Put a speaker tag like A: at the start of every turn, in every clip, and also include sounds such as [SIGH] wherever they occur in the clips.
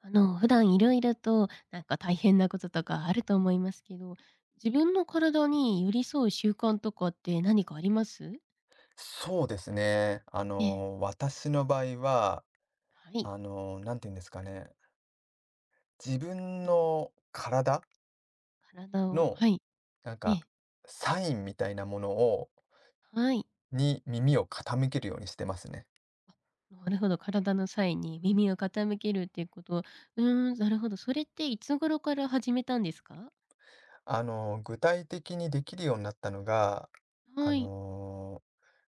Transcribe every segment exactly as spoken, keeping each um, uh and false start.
A: あの、普段いろいろとなんか大変なこととかあると思いますけど、自分の体に寄り添う習慣とかって何かあります？
B: そうですね。あ
A: ええ。
B: の、私の場合は、
A: はい。
B: あの、なんて言うんですかね。自分
A: うん。
B: の体
A: 体を、
B: の、
A: はい。
B: なん
A: え
B: か、
A: え。
B: サインみたいなものを、
A: はい。
B: に耳を傾けるようにしてますね。
A: なるほど、体の際に耳を傾けるっていうこと。うーん、なるほど。それっていつ頃から始めたんですか？
B: あの、具体的にできるようになったのが、あ
A: はい。
B: の、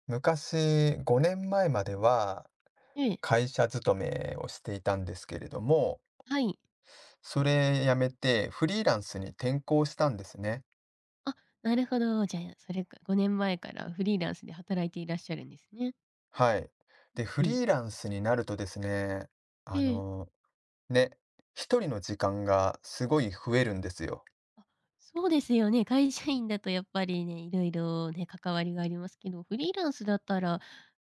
B: 昔、ごねんまえまえ
A: う
B: まで
A: ん、
B: は、
A: ええ、
B: 会社勤めをしていたんですけれども、
A: はい。
B: それ辞めてフリーランスに転向したんですね。
A: あ、なるほど。じゃあ、それかごねんまえからフリーランスで働いていらっしゃるんですね。
B: はい。で、フ
A: うんうん。
B: リーランスになるとですね、
A: え
B: あ
A: え。
B: の、ね、一人の時間がすごい増えるんですよ。
A: あ、そうですよね。会社員だとやっぱりね、いろいろね、関わりがありますけど、フリーランスだったら、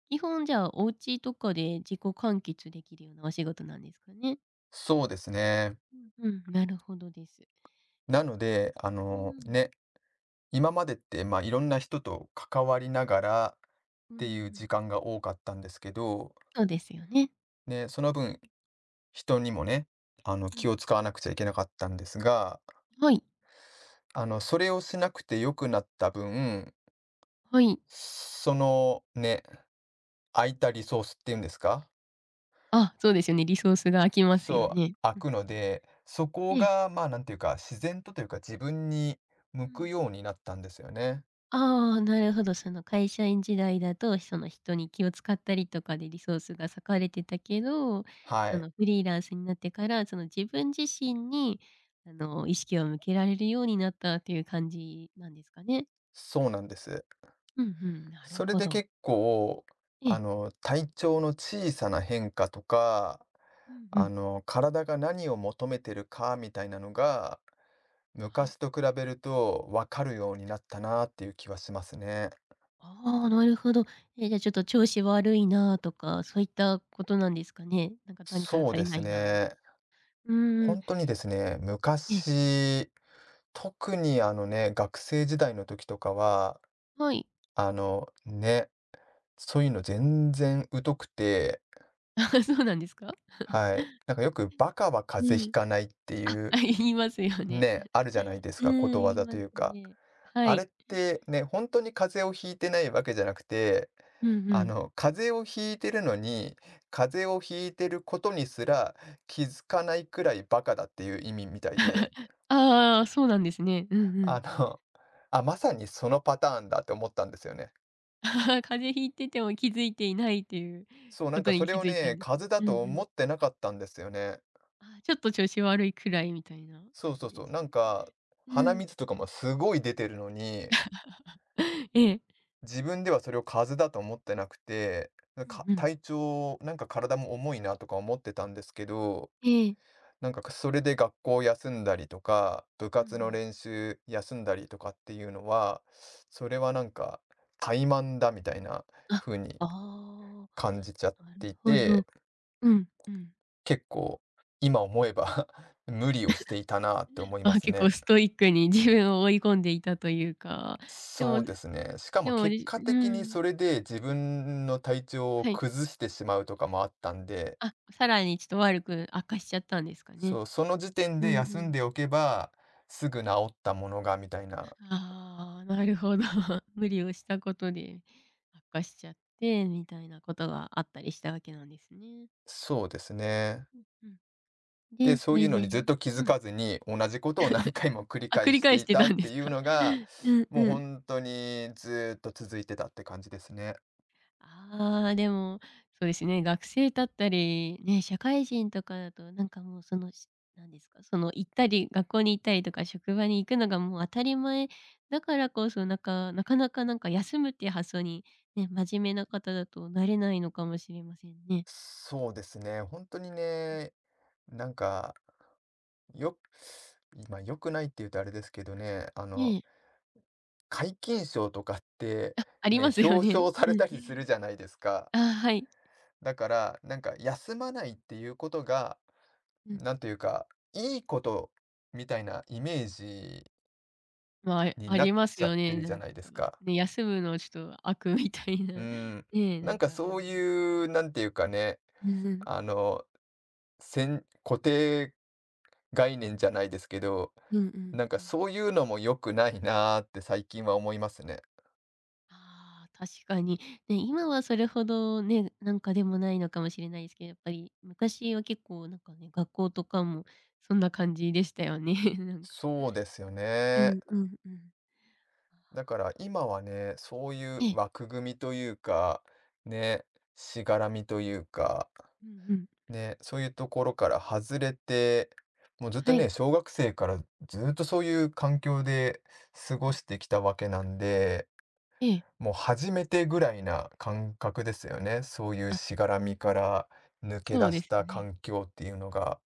A: 基本じゃあお家とかで自己完結できるようなお仕事なんですかね？
B: そうですね。
A: うんうん、なるほどです。
B: なので、あ
A: う
B: の、
A: ん。
B: ね、今までって、まあ、いろんな人と関わりながらっ
A: う
B: ていう
A: ん、
B: 時間が多かったんですけど、
A: そうですよね。
B: ね、その分、人にもね、あの、
A: う
B: 気
A: ん。
B: を使わなくちゃいけなかったんですが、
A: はい、
B: あの、それをしなくて良くなった分、
A: はい。
B: そのね、空いたリソースっていうんですか、
A: あ、そうですよね、リソースが空きますよ
B: そう、
A: ね。
B: 開
A: うん
B: くの
A: うん。
B: で、そこ
A: ええ。
B: が、まあ、なんていうか、自然とというか、自分に
A: う
B: 向く
A: ん。
B: ようになったんですよね。
A: ああ、なるほど。その会社員時代だと、その人に気を使ったりとかでリソースが割かれてたけど、
B: は
A: そ
B: い、
A: のフリーランスになってから、その自分自身に、あの、意識を向けられるようになったっていう感じなんですかね。
B: そうなんです。
A: うんうん、なる
B: それ
A: ほ
B: で
A: ど。
B: 結構、
A: え
B: あ
A: え。
B: の、体調の小さな変化とか、
A: うんう
B: あ
A: ん。
B: の、体が何を求めてるかみたいなのが、
A: は
B: 昔
A: い。
B: と比べると分かるようになったなっていう気はしますね。
A: ああ、なるほど。え、じゃあちょっと調子悪いなとか、そういったことなんですかね。なんか何か
B: そう
A: 足
B: で
A: りな
B: す
A: いなみた、
B: ね。
A: うんうーん。
B: 本当にですね、
A: ええ、
B: 昔特にあのね、学生時代の時とかは、
A: はい。
B: あの、ね、そういうの全然疎くて、
A: [LAUGHS] あ、そうなんですか？
B: はい。なんかよくバカは
A: う
B: 風邪ひ
A: ん。
B: かないってい
A: あ、[LAUGHS] あ、
B: う
A: 言いますよね。
B: ね、あるじゃない
A: [LAUGHS]
B: です
A: う
B: か、こ
A: ん、
B: と
A: 言
B: わ
A: い
B: ざ
A: ま
B: と
A: す
B: いうか。
A: ね。は
B: あれ
A: い。
B: ってね、本当に風邪をひいてないわけじゃなくて、
A: うんう
B: あ
A: ん。
B: の、風邪をひいてるのに、風邪をひいてることにすら気づかないくらいバカだっていう意味みたいで、
A: ああ、そうなんですね。うんう
B: あ
A: ん。
B: の、あ、まさにそのパターンだって思ったんですよね。
A: [LAUGHS] 風邪ひいてても気づいていないっていう
B: そう、な
A: こ
B: ん
A: と
B: かそ
A: に
B: れ
A: 気
B: を
A: づいた
B: ね、
A: んです。
B: 風邪だ
A: うん
B: と
A: う
B: 思
A: ん。
B: ってなかったんですよね。
A: あ、ちょっと調子悪いくらいみたいな
B: そう
A: 感
B: そう
A: じで
B: そう。
A: す？
B: なんか、
A: う
B: 鼻
A: ん。
B: 水とかもすごい出てるのに、
A: [LAUGHS] ええ。
B: 自分ではそれを風邪だと思ってなくて、
A: うん
B: か
A: うん。
B: 体調、なんか体も重いなとか思ってたんですけど、
A: ええ。
B: なんかそれで学校休んだりとか、部
A: うんう
B: 活の
A: ん。
B: 練習休んだりとかっていうのは、それはなんか怠慢だみたいな
A: あ、
B: 風に
A: あ
B: 感じちゃっ
A: あ、なる
B: てい
A: ほ
B: て、
A: ど。うんうん。
B: 結構、今思えば [LAUGHS] 無理をしていたなって思いま
A: あ、
B: す
A: 結
B: ね。
A: 構ストイックに自分を追い込んでいたというか、で
B: そ
A: も
B: うです
A: で
B: ね。しかも
A: も、
B: 結
A: じ
B: 果
A: う
B: 的に
A: ん。
B: それで自分の体調を
A: はい。
B: 崩してしまうとかもあったんで、
A: あ、さらにちょっと悪く悪化しちゃったんですかね。
B: そう、その時点
A: う
B: で
A: んう
B: 休ん
A: ん。
B: でおけばすぐ治ったものがみたいな。
A: ああ、なるほど。[LAUGHS] 無理をしたことで悪化しちゃって、みたいなことがあったりしたわけなんですね。
B: そうですね。
A: うんうん。
B: で、
A: で、そ
B: そうい
A: れ
B: うの
A: で
B: にずっと気づ
A: うん。
B: かずに同じことを何回も繰り
A: あ、繰
B: 返
A: り
B: して
A: 返し
B: い
A: て
B: た
A: た
B: っ
A: んで
B: て
A: す
B: いう
A: か？
B: のが、
A: [LAUGHS] うん
B: もう
A: うん。
B: 本当にずっと続いてたって感じですね。
A: ああ、でも、そうですね、学生だったり、ね、社会人とかだと、なんかもうその、し、なんですか、その行ったり、学校に行ったりとか職場に行くのがもう当たり前だからこそ、なんか、なかなかなんか休むっていう発想に、ね、真面目な方だとなれないのかもしれませんね。
B: そうですね。本当に
A: うん。
B: ね、なんか、よ今良くないって言うとあれですけどね、あの、
A: え。
B: 皆勤賞とかって、
A: あ、あり
B: ね、
A: ますよ
B: 表
A: ね。
B: 彰さ
A: [LAUGHS] う
B: れ
A: ん。
B: たりするじゃないですか。
A: あ、はい。
B: だから、なんか休まないっていうことが、
A: うん。
B: なんというか、いいことみたいなイメージ
A: まあ、
B: に
A: あ
B: な
A: り
B: っ
A: ます
B: ちゃ
A: よ
B: って
A: ね、
B: る
A: な
B: じゃ
A: ん
B: な
A: か、
B: いですか。
A: ね、休むのちょっと悪みたい
B: う
A: な、
B: ん。
A: [LAUGHS] ねえ、な
B: なん
A: ん
B: か
A: かあり
B: そう
A: ますよ
B: いう、
A: ね。
B: なんていうかね、
A: うんうん。
B: あの、せん固定概念じゃないですけど、
A: うんうん
B: なんか
A: うん。
B: そういうのも良くないなーって最近は思いますね。
A: ああ、確かに。ね、今はそれほどね、なんかでもないのかもしれないですけど、やっぱり昔は結構なんかね、学校とかもそんな感じでしたよね、[LAUGHS] なんか。
B: そうですよ
A: う
B: ね。
A: んうんうん。
B: だから今はね、そういう
A: ええ、
B: 枠組みというか、ね、しがらみというか、
A: うんうん。
B: ね、そういうところから外れて、もうずっと
A: は
B: ね、
A: い。
B: 小学生からずっとそういう環境で過ご
A: うん。
B: してきたわけなんで、
A: ええ。
B: もう初めてぐらいな感覚ですよね。そういう
A: あ、
B: しがらみから抜け
A: そ
B: 出
A: うで
B: し
A: す
B: た
A: よね。
B: 環境っていうのが。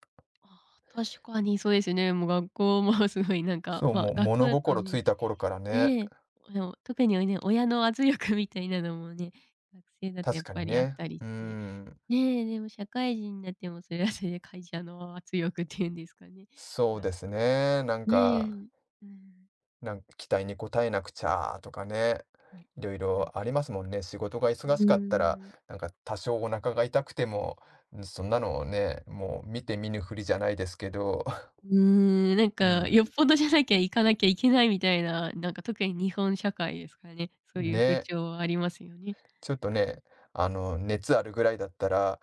A: ああ、確かにそうですね。もう学校も [LAUGHS] すごいなんか、
B: そう、
A: ま、
B: もう
A: 学校
B: 物
A: だと
B: 心つ
A: ね、
B: いた頃からね。
A: ええ。でも、特にね、親の圧力 [LAUGHS] みたいなのもね、学生だとや
B: 確
A: っ
B: か
A: ぱ
B: に
A: りあっ
B: ね。
A: たり
B: うー
A: して。
B: ん。
A: ねえ、でも社会人になってもそれはそれで会社の圧力っていうんですかね。
B: そう
A: が、
B: ですね。なん
A: ねえ、
B: か、
A: うん。
B: なん期待に応えなくちゃとかね。
A: ね、
B: いろい
A: なん
B: ろあ
A: か、
B: りますもんね。仕事が
A: う
B: 忙
A: ー
B: しかったら、
A: ん、
B: なんか多少お腹が痛くても、そんなのをね、もう見て見ぬふりじゃないですけど、
A: うーん、なん
B: [LAUGHS] う
A: か
B: ん。
A: よっぽどじゃなきゃ行かなきゃいけないみたいな、なんか特に日本社会ですからね、そういう風
B: ね。
A: 潮はありますよね。
B: ちょっとね、あの、
A: うん、
B: 熱あるぐらいだったら、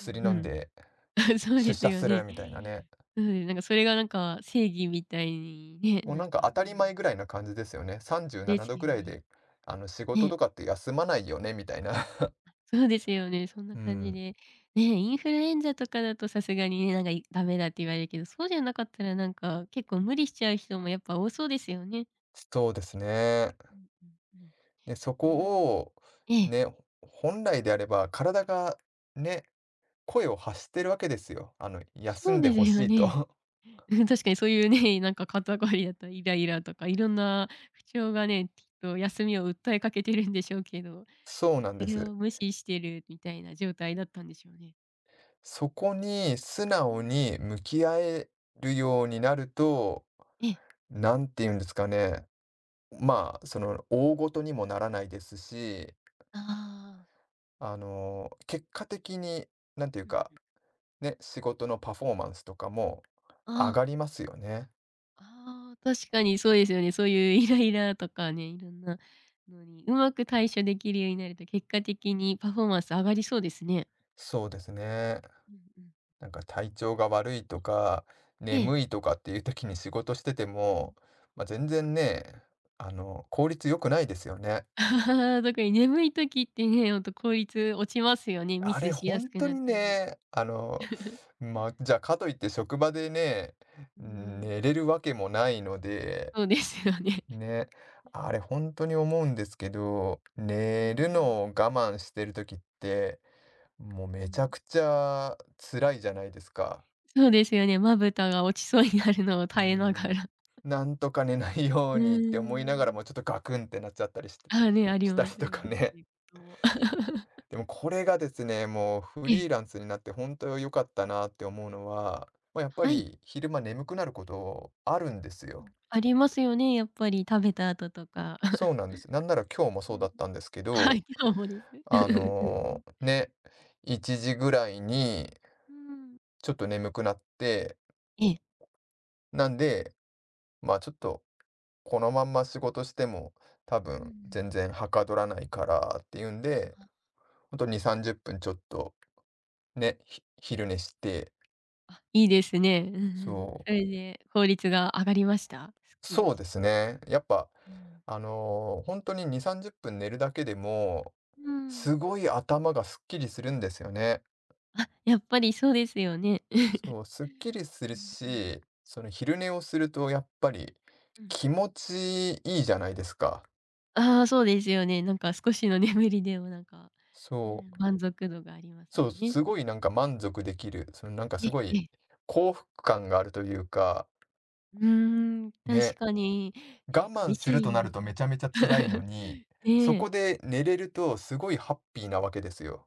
A: う
B: 飲ん
A: ん。
B: で
A: [LAUGHS] そう
B: 出
A: です
B: 社
A: よ
B: する
A: ね。
B: みたいなね。
A: そうです。なんかそれがなんか正義みたいにね、
B: もう
A: な
B: な
A: ん
B: んか
A: か
B: 当た
A: 言
B: り
A: われて、
B: 前ぐらいな感じですよね。37
A: あ、です
B: 度ぐ
A: よ
B: らい
A: ね。
B: で、あの、仕事
A: ね、
B: とかって休まないよね、みたいな。
A: そうですよね。そん
B: う
A: な感じ
B: ん。
A: で。ね、インフルエンザとかだとさすがにね、なんかい、ダメだって言われるけど、そうじゃなかったらなんか結構無理しちゃう人もやっぱ多そうですよね。
B: そうですね。
A: うんうんうん。
B: で、そ
A: え
B: こを、
A: え。ええ。
B: ね、本来であれば体がね、声を発してるわけですよ。あの、休
A: そう
B: んで
A: です
B: ほ
A: よ
B: しい
A: ね。
B: と。
A: [LAUGHS] うん、確かにそういうね、なんか肩こりだったりイライラとかいろんな不調がね、きっと休みを訴えかけてるんでしょうけど、
B: [LAUGHS] そう
A: ね、
B: なん
A: そ
B: で
A: れ
B: す。
A: を無視してるみたいな状態だったんでしょうね。
B: そこに素
A: う
B: 直
A: ん。
B: に向き合えるようになると、
A: ええ。
B: なんて言うんですかね、まあ、その、大事にもならないですし、
A: ああ。
B: あの、結果的に、なんていう
A: うん
B: か、
A: うん。
B: ね、仕事のパフォーマンスとかも上
A: ああ、
B: がりますよね。
A: あー確かにそうですよね。そういうイライラとかね、いろんなのにうまく対処できるようになると、結果的にパフォーマンス上がりそうですね。
B: そうですね。
A: うんうん。
B: なんか体調が悪いとか、
A: ええ。
B: 眠いとかっていう時に仕事してても、まあ、全然ね、あの、効率良くないですよね。
A: [LAUGHS] ああ、特に眠い時ってね、ほんと効率落ちますよね。ミ
B: あ
A: ス
B: れ
A: しや
B: 本
A: すく
B: 当
A: なっ
B: に
A: たり。
B: ね、あの、まあ、じゃあ、かといって職場でね、
A: うー
B: うん、
A: ん、
B: 寝れるわけもないので
A: そうですよね。
B: ね、あれ本当に思うんですけど、
A: うー
B: 寝る
A: ん、
B: のを我慢してる時って、もうめ
A: うん。
B: ちゃくちゃ辛いじゃないですか。
A: そうですよね、まぶたが落ちそうになるのを
B: う
A: 耐えなが
B: ん。
A: ら。
B: なんとか寝ないよう
A: う
B: にって思い
A: ー
B: ながら
A: ん。
B: も、ちょっとガクンってなっちゃったりして
A: ああ、ね、あり
B: した
A: ま
B: り
A: す
B: と
A: よ
B: か
A: ね、そ
B: ね。
A: ういうことも。[LAUGHS]
B: でもこれがですね、もうフ
A: ええ、
B: リーランスになって本当に良かったなって思うのは、まあ、やっぱ
A: はい。
B: り昼間眠くなることあるんです
A: う
B: よ。
A: ん、ありますよね、やっぱり食べた後とか。
B: そうなんです。なんなら今日も
A: う
B: そう
A: ん。
B: だったんですけ
A: [LAUGHS] は
B: ど、
A: い、今日もです。うん
B: あ
A: うんう
B: の、
A: ん。
B: ね、いちじぐらいに
A: [LAUGHS] うーん。
B: ちょっと眠くなって、
A: ええ。
B: なんで、まあ、ちょっとこのまんま仕事しても多
A: う
B: 分
A: ん。
B: 全然はかどらないからっていうん
A: あ
B: で、
A: あ。
B: ほんとに、さんじゅっぷんちょっとね、ひ昼寝して、
A: あ、いいですね。うんうん。
B: そ
A: そ
B: う、
A: れで効率が上がりました？すっき
B: そ
A: り
B: う
A: し
B: で
A: た
B: す
A: という。
B: ね。やっぱ、
A: うん。
B: あの、本当にに、さんじゅっぷん寝るだけでも、
A: うーん。
B: すごい頭がすっきりするんですよね。
A: あ、やっぱりそうですよね。
B: そう、すっきりす
A: [LAUGHS]
B: る
A: うんうん。
B: し、その昼寝をするとやっぱり
A: うん。
B: 気持ちいいじゃないですか。
A: ああ、そうですよね。なんか少しの眠りでもなんか、う
B: そ
A: ん、
B: う、
A: 満足度があります
B: そ
A: よ
B: う、
A: ね。
B: すごいなんか満足できる、そのなんか
A: え
B: すご
A: ええ
B: い
A: え。
B: 幸福感があるというか、
A: うーん、確
B: ね、
A: かに。
B: 我
A: ね、
B: 慢
A: 会
B: す
A: 社
B: ると
A: 員
B: な
A: だ
B: るとめちゃめちゃ
A: と
B: 辛いの
A: [LAUGHS]
B: に、そ
A: ね
B: こ
A: え。
B: で寝れるとすごいハッピーなわけですよ。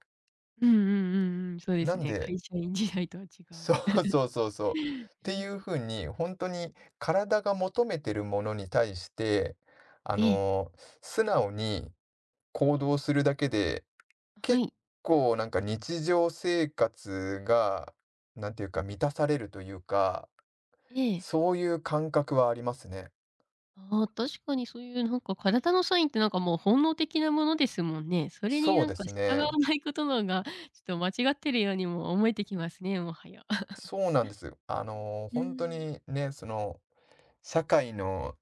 A: うんうんうんうん、そうで
B: な
A: す
B: ん
A: ね。
B: で、
A: 会社員時代とは違
B: [LAUGHS]
A: う。
B: そうそうそうそう。
A: [LAUGHS]
B: っ
A: う
B: ていう
A: ん。
B: ふうに、本当に体が求めてるものに対して、あ
A: ええ、
B: のー素直に行動するだけで、
A: は
B: 結
A: い。
B: 構なんか日常生活が、なんていう
A: う
B: か、
A: ん。
B: 満たされるというか、
A: ええ。
B: そういう感覚はありますね。
A: ああ、確かにそういうなんか体のサインってなんかもう本能的なものですもんね。それに
B: そう
A: なん
B: で
A: か
B: す
A: 従わ
B: ね。
A: ないことのが、ちょっと間違ってるようにも思えてきますね、もはや。[LAUGHS]
B: そうなんです。あの、
A: うー
B: ほ
A: ん。
B: んとにね、その、社会の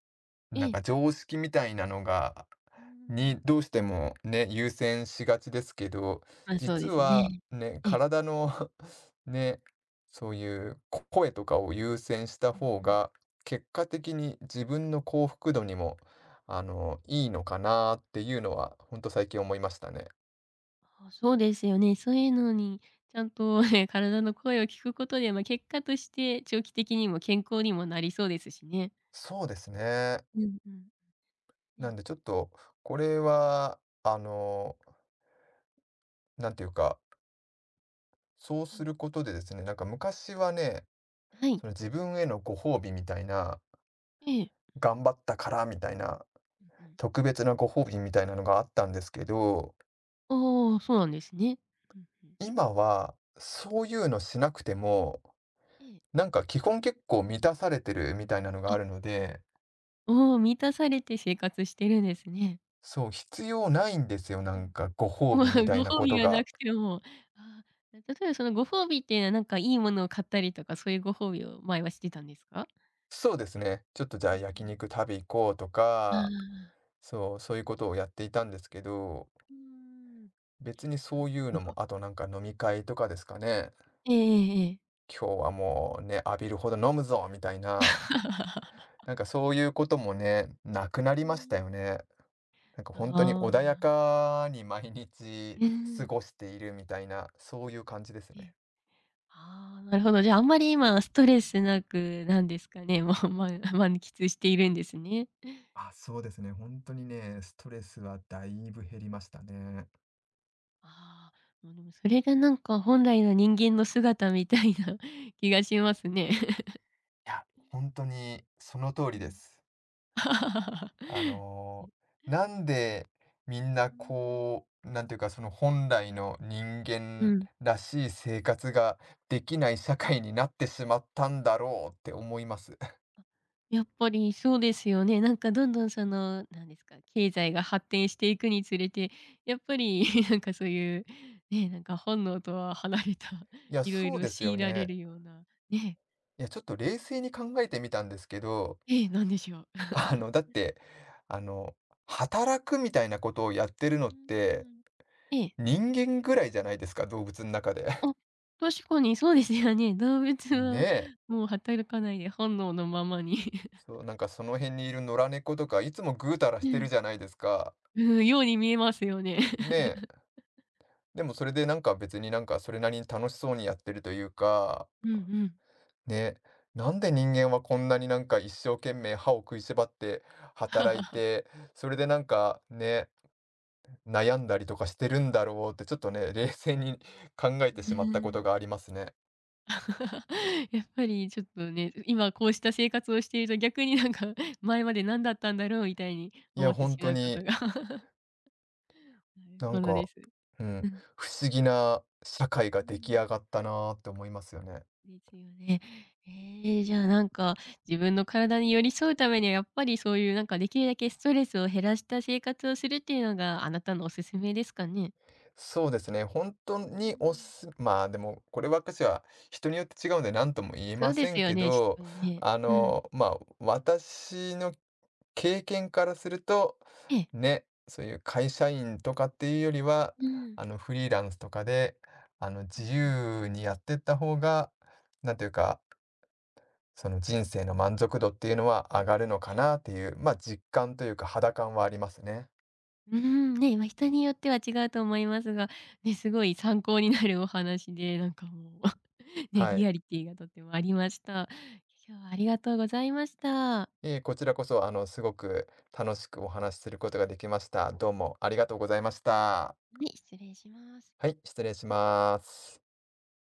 B: なん
A: ええ。
B: か常識みたいなのが、
A: うーん。
B: に、どうしてもね、優先しがちですけど、
A: まあ、そう
B: 実
A: です
B: は
A: ね。
B: ね、
A: ええ。
B: 体の [LAUGHS] ね、そういうこ声とかを優先した方
A: うんうん。
B: が、結果的に自分の幸福度にも、あの、いいのかなっていうのは、ほんと最近思いましたね。
A: ああ、そうですよね。そういうのにちゃんとね、体の声を聞くことで、ま、結果として長期的にも健康にもなりそうですしね。
B: そうですね。
A: うんうん。
B: なん
A: ね。
B: でちょっと、これは、あの、なんていうか、そう
A: う
B: す
A: ん。
B: ることでですね、なんか昔はね、
A: はい。
B: その自分へのご褒美みたいな、
A: ええ。
B: 頑張ったからみたいな、
A: うんうん。
B: 特別なご褒美みたいなのがあったんですけど、
A: ああ、そうなんですね。うんうん。
B: 今はそういうのしなくても、
A: ええ。
B: なんか基本結構満たされてるみたいなのが
A: あ、
B: あるので、
A: おお、満たされて生活してるんですね。
B: そう、必要ないんですよ、な
A: うん。
B: んかご褒
A: もう
B: 美みたい
A: ご
B: な
A: 褒ね
B: こ
A: 美
B: と
A: がな
B: が。
A: くても、ああ、例えばそのご褒美っていうのはなんかいいものを買ったりとか、そういうご褒美を前はしてたんですか？
B: そうですね。ちょっとじゃあ
A: うんう
B: 焼
A: ん。
B: 肉食べ行こうと
A: あ
B: か、
A: あ。
B: そう、そういうことをやっていたんですけど、
A: うーん。
B: 別に
A: な
B: そ
A: る
B: ういうの
A: ほ
B: も、
A: ど。
B: あとなんか飲み会とかですかね。
A: ええええええ。
B: 今日はもうね、浴びるほど飲むぞみたい
A: う
B: な、
A: ーん。[LAUGHS]
B: なんかそういうこともね、なくなりましたよね。なんか
A: あ
B: 本当に穏や
A: あ、
B: かに毎日
A: う
B: 過
A: ん。
B: ごしているみたいな、そういう感じです
A: え
B: ね。
A: え。ああ、なるほど。じゃあ、あんまり今ストレスなくなんですかね、もうま、満喫しているんですね。
B: あ、そうですね。本当にね、ストレスはだいぶ減りましたね。
A: ああ、もうでもそれがなんか本来の人間の姿みたいな [LAUGHS] 気がしますね。
B: いや、本当にその通
A: う
B: りで
A: ん。
B: す。
A: [LAUGHS]
B: あの、
A: う
B: なんでみんな
A: ん。
B: こう、なんていうか、その本来の人
A: う
B: 間
A: ん。
B: らしい生活ができない社会になってしまったんだろうって思います。
A: やっぱりそうですよね。なんかどんどんその、なんですか、経済が発展していくにつれて、やっぱり [LAUGHS] なんかそういう、ね、なんか本能とは離れた
B: [LAUGHS] い
A: [LAUGHS]
B: や、
A: いろい
B: そう
A: ろ
B: です
A: 強
B: よ
A: いられ
B: ね。
A: るような、ね、
B: いや、ちょっと冷静に考えてみたんですけど、
A: ええ、なんでしょう。
B: [LAUGHS] あの、だって、あの、働くみたいなことをやってる
A: う
B: のって、
A: ん。[LAUGHS] ええ。
B: 人間ぐらいじゃないですか、動物の中で。
A: あ、
B: [LAUGHS]
A: 確かにそうですよね。動物
B: ね
A: は
B: え。
A: もう働かないで本能のままに
B: そう、なんかその辺にいる野良猫とか、いつもぐうたら
A: [LAUGHS]
B: し
A: う
B: て
A: ん。
B: るじゃないですか。
A: うん、ように見えますよね。[LAUGHS]
B: ねえ。でもそれでなんか別になんかそれなりに楽しそうにやってるというか、
A: うんうん。
B: ね、なんで人間はこんなになんか一生懸命歯を食いしばって働い
A: [LAUGHS]
B: て、それでなんかね、悩んだりとかしてるんだろうってちょっとね、冷静に [LAUGHS] 考え
A: う
B: てしまったこと
A: ん
B: がありますね。
A: [LAUGHS]。やっぱりちょっとね、今こうした生活をしていると逆になんか [LAUGHS] 前まで何だったんだろうみたいに
B: い
A: 思
B: や、
A: ってし
B: 本当
A: まうこと
B: に
A: が [LAUGHS]
B: なん
A: なるほどで
B: か、
A: す。
B: う
A: う
B: ん、
A: ん。
B: 不思議な社会が
A: う
B: 出来
A: ん。
B: 上がったなーって思いますよね。
A: ですよね。ええ、じゃあ、なんか、自分の体に寄り添うためには、やっぱりそういう、なんか、できるだけストレスを減らした生活をするっていうのが、あなたのおすすめですかね？
B: そうですね。本当
A: う
B: におす
A: ん。
B: すまあ、でも、こればっかしは人によって違うので何とも言え
A: そ
B: ま
A: うで
B: せ
A: す
B: ん
A: よ
B: け
A: ね、ち
B: ど、
A: ょっとね。
B: あ
A: うん。
B: の、まあ、私の経験からすると、
A: ええ。
B: ね、そういう会社員とかっていうよりは、
A: うん。
B: あの、フリーランスとかで、あの、
A: う
B: 自
A: んうん。
B: 由にやってった方が、なんていうか、その人生の満足度っていうのは上がるのか
A: はい。
B: なっていう、まあ、実感というか肌感はありますね。
A: [LAUGHS] うーん、ね、まあ、人によっては違うと思いますが、ね、すごい参考になるお話で、なんかもう [LAUGHS]、ね、
B: は
A: リ
B: い。
A: アリティがとってもありました。今日はありがとうございました。
B: いえ、こちらこそ、あの、すごく楽しくお話しすることができました。どうもありがとうございました。
A: はい、失礼します。
B: はい、失礼します。